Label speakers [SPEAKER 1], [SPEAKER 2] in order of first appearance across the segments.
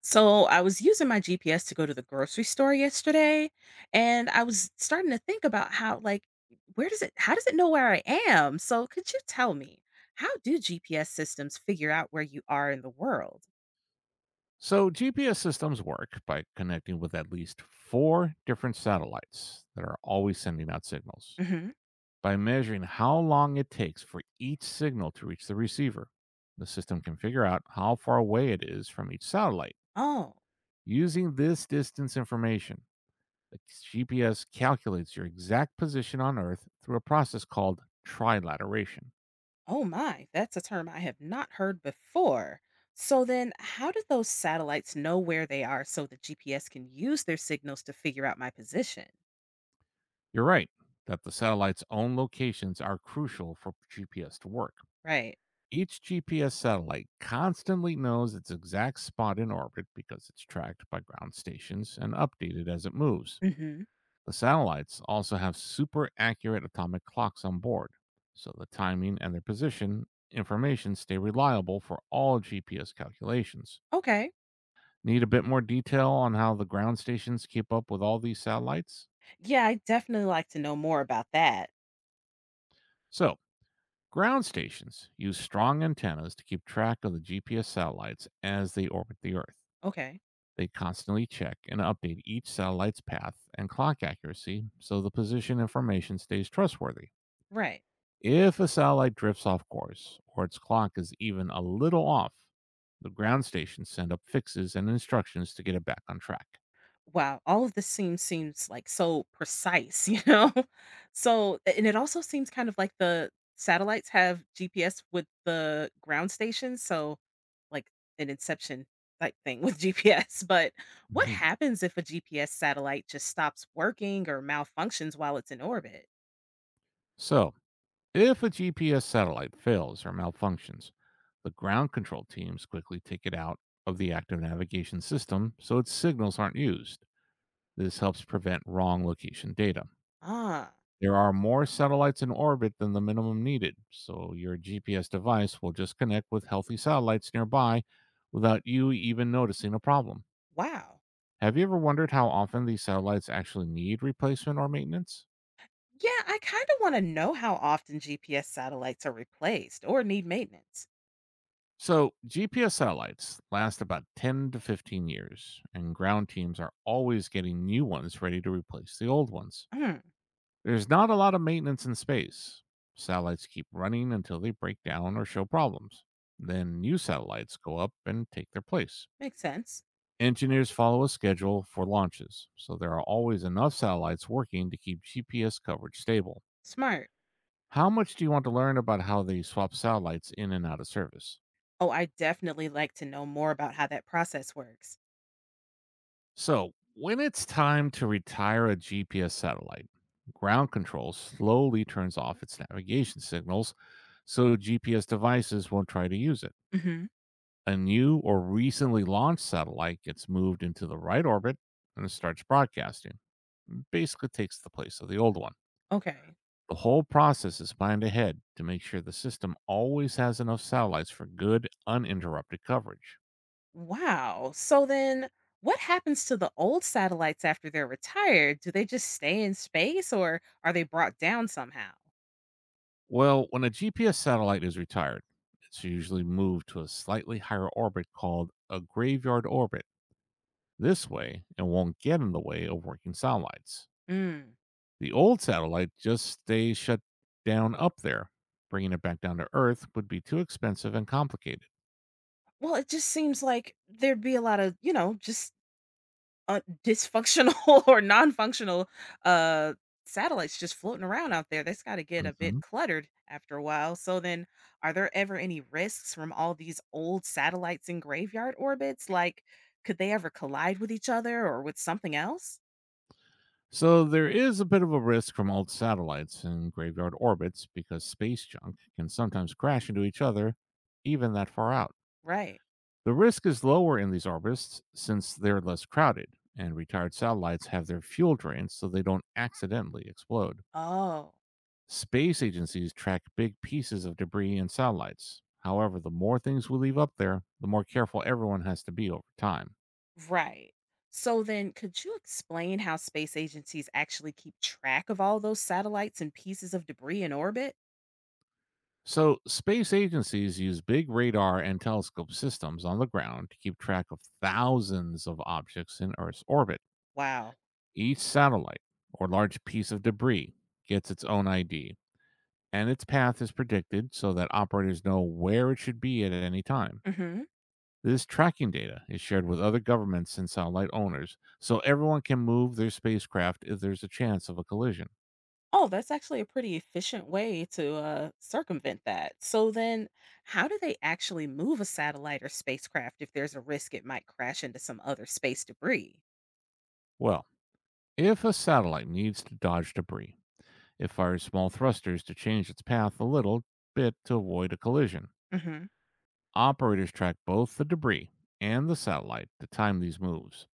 [SPEAKER 1] So I was using my GPS to go to the grocery store yesterday, and I was starting to think about how, where does how does it know where I am? So could you tell me, how do GPS systems figure out where you are in the world?
[SPEAKER 2] So, GPS systems work by connecting with at least four different satellites that are always sending out signals.
[SPEAKER 1] Hmm.
[SPEAKER 2] By measuring how long it takes for each signal to reach the receiver, the system can figure out how far away it is from each satellite.
[SPEAKER 1] Oh,
[SPEAKER 2] Using this distance information, the GPS calculates your exact position on Earth through a process called trilateration.
[SPEAKER 1] oh my, that's a term I have not heard before. So then, how do those satellites know where they are so the GPS can use their signals to figure out my position?
[SPEAKER 2] You're right that the satellite's own locations are crucial for GPS to work.
[SPEAKER 1] Right.
[SPEAKER 2] Each GPS satellite constantly knows its exact spot in orbit because it's tracked by ground stations and updated as it moves.
[SPEAKER 1] Hmm.
[SPEAKER 2] The satellites also have super accurate atomic clocks on board, so the timing and their position information stay reliable for all GPS calculations.
[SPEAKER 1] Okay.
[SPEAKER 2] Need a bit more detail on how the ground stations keep up with all these satellites?
[SPEAKER 1] Yeah, I definitely like to know more about that.
[SPEAKER 2] So, ground stations use strong antennas to keep track of the GPS satellites as they orbit the Earth.
[SPEAKER 1] Okay.
[SPEAKER 2] They constantly check and update each satellite's path and clock accuracy so the position information stays trustworthy.
[SPEAKER 1] Right.
[SPEAKER 2] If a satellite drifts off course or its clock is even a little off, the ground stations send up fixes and instructions to get it back on track.
[SPEAKER 1] Wow. All of this seems like so precise, So and it also seems kind of like the satellites have GPS with the ground stations, so like an inception type thing with GPS. But what
[SPEAKER 2] Mhm.
[SPEAKER 1] happens if a GPS satellite just stops working or malfunctions while it's in orbit?
[SPEAKER 2] So, if a GPS satellite fails or malfunctions, the ground control teams quickly take it out of the active navigation system so its signals aren't used. This helps prevent wrong location data.
[SPEAKER 1] Ah,
[SPEAKER 2] There are more satellites in orbit than the minimum needed, so your GPS device will just connect with healthy satellites nearby without you even noticing a problem.
[SPEAKER 1] wow.
[SPEAKER 2] Have you ever wondered how often these satellites actually need replacement or maintenance?
[SPEAKER 1] Yeah, I kind of want to know how often GPS satellites are replaced or need maintenance.
[SPEAKER 2] So, GPS satellites last about 10 to 15 years, and ground teams are always getting new ones ready to replace the old ones.
[SPEAKER 1] Hmm,
[SPEAKER 2] There's not a lot of maintenance in space. Satellites keep running until they break down or show problems. Then new satellites go up and take their place.
[SPEAKER 1] makes sense.
[SPEAKER 2] Engineers follow a schedule for launches, so there are always enough satellites working to keep GPS coverage stable.
[SPEAKER 1] Smart.
[SPEAKER 2] How much do you want to learn about how they swap satellites in and out of service?
[SPEAKER 1] Oh, I definitely like to know more about how that process works.
[SPEAKER 2] So, when it's time to retire a GPS satellite, ground control slowly turns off its navigation signals so GPS devices won't try to use it.
[SPEAKER 1] Hmm.
[SPEAKER 2] A new or recently launched satellite gets moved into the right orbit and it starts broadcasting. It basically takes the place of the old one.
[SPEAKER 1] Okay.
[SPEAKER 2] The whole process is planned ahead to make sure the system always has enough satellites for good, uninterrupted coverage.
[SPEAKER 1] Wow. So then what happens to the old satellites after they're retired? Do they just stay in space or are they brought down somehow?
[SPEAKER 2] Well, when a GPS satellite is retired, it's usually moved to a slightly higher orbit called a graveyard orbit. This way, it won't get in the way of working satellites.
[SPEAKER 1] Mm.
[SPEAKER 2] The old satellite just stays shut down up there. Bringing it back down to Earth would be too expensive and complicated.
[SPEAKER 1] Well, it just seems like there'd be a lot of, just dysfunctional or non-functional uh satellites just floating around out there that's got to get a bit
[SPEAKER 2] Mhm.
[SPEAKER 1] cluttered after a while. So then are there ever any risks from all these old satellites in graveyard orbits, like could they ever collide with each other or with something else?
[SPEAKER 2] So there is a bit of a risk from old satellites in graveyard orbits because space junk can sometimes crash into each other, even that far out.
[SPEAKER 1] Right.
[SPEAKER 2] The risk is lower in these orbits since they're less crowded, and retired satellites have their fuel drains so they don't accidentally explode.
[SPEAKER 1] Oh.
[SPEAKER 2] Space agencies track big pieces of debris and satellites. However, the more things we leave up there, the more careful everyone has to be over time.
[SPEAKER 1] Right. So then could you explain how space agencies actually keep track of all those satellites and pieces of debris in orbit?
[SPEAKER 2] So, space agencies use big radar and telescope systems on the ground to keep track of thousands of objects in Earth's orbit.
[SPEAKER 1] Wow.
[SPEAKER 2] Each satellite or large piece of debris gets its own ID, and its path is predicted so that operators know where it should be at any time.
[SPEAKER 1] Hmm.
[SPEAKER 2] This tracking data is shared with other governments and satellite owners, so everyone can move their spacecraft if there's a chance of a collision.
[SPEAKER 1] Oh, that's actually a pretty efficient way to circumvent that. So then, how do they actually move a satellite or spacecraft if there's a risk it might crash into some other space debris?
[SPEAKER 2] Well, if a satellite needs to dodge debris, it fires small thrusters to change its path a little bit to avoid a collision.
[SPEAKER 1] Hmm.
[SPEAKER 2] Operators track both the debris and the satellite to time these moves.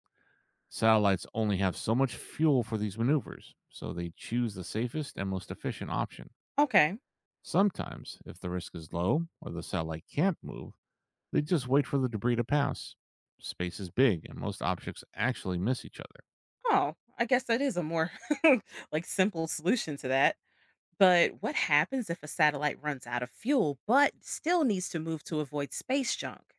[SPEAKER 2] Satellites only have so much fuel for these maneuvers, so they choose the safest and most efficient option.
[SPEAKER 1] Okay.
[SPEAKER 2] Sometimes, if the risk is low or the satellite can't move, they just wait for the debris to pass. Space is big, and most objects actually miss each other.
[SPEAKER 1] Oh, I guess that is a more like simple solution to that. But what happens if a satellite runs out of fuel but still needs to move to avoid space junk?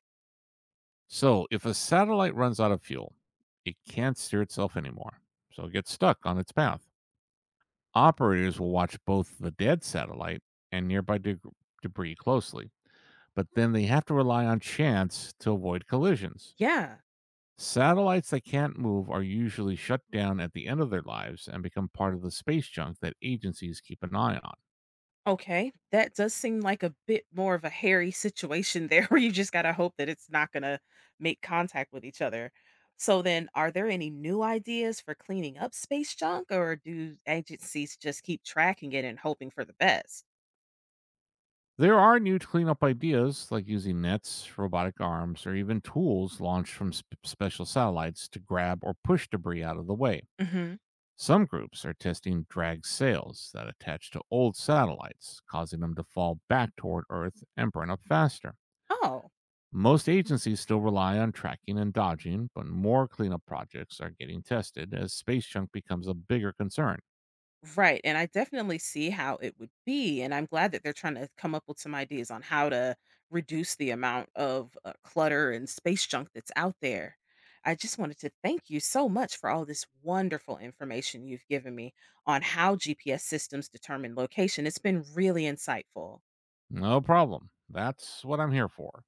[SPEAKER 2] So, if a satellite runs out of fuel, it can't steer itself anymore, so it gets stuck on its path. Operators will watch both the dead satellite and nearby debris closely, but then they have to rely on chance to avoid collisions.
[SPEAKER 1] Yeah.
[SPEAKER 2] Satellites that can't move are usually shut down at the end of their lives and become part of the space junk that agencies keep an eye on.
[SPEAKER 1] Okay, that does seem like a bit more of a hairy situation there where you just got to hope that it's not going to make contact with each other. So, then are there any new ideas for cleaning up space junk or do agencies just keep tracking it and hoping for the best?
[SPEAKER 2] There are new cleanup ideas like using nets, robotic arms, or even tools launched from special satellites to grab or push debris out of the way.
[SPEAKER 1] Hmm.
[SPEAKER 2] Some groups are testing drag sails that attach to old satellites, causing them to fall back toward Earth and burn up faster.
[SPEAKER 1] Oh.
[SPEAKER 2] Most agencies still rely on tracking and dodging, but more cleanup projects are getting tested as space junk becomes a bigger concern.
[SPEAKER 1] Right, and I definitely see how it would be, and I'm glad that they're trying to come up with some ideas on how to reduce the amount of, clutter and space junk that's out there. I just wanted to thank you so much for all this wonderful information you've given me on how GPS systems determine location. It's been really insightful.
[SPEAKER 2] No problem. That's what I'm here for.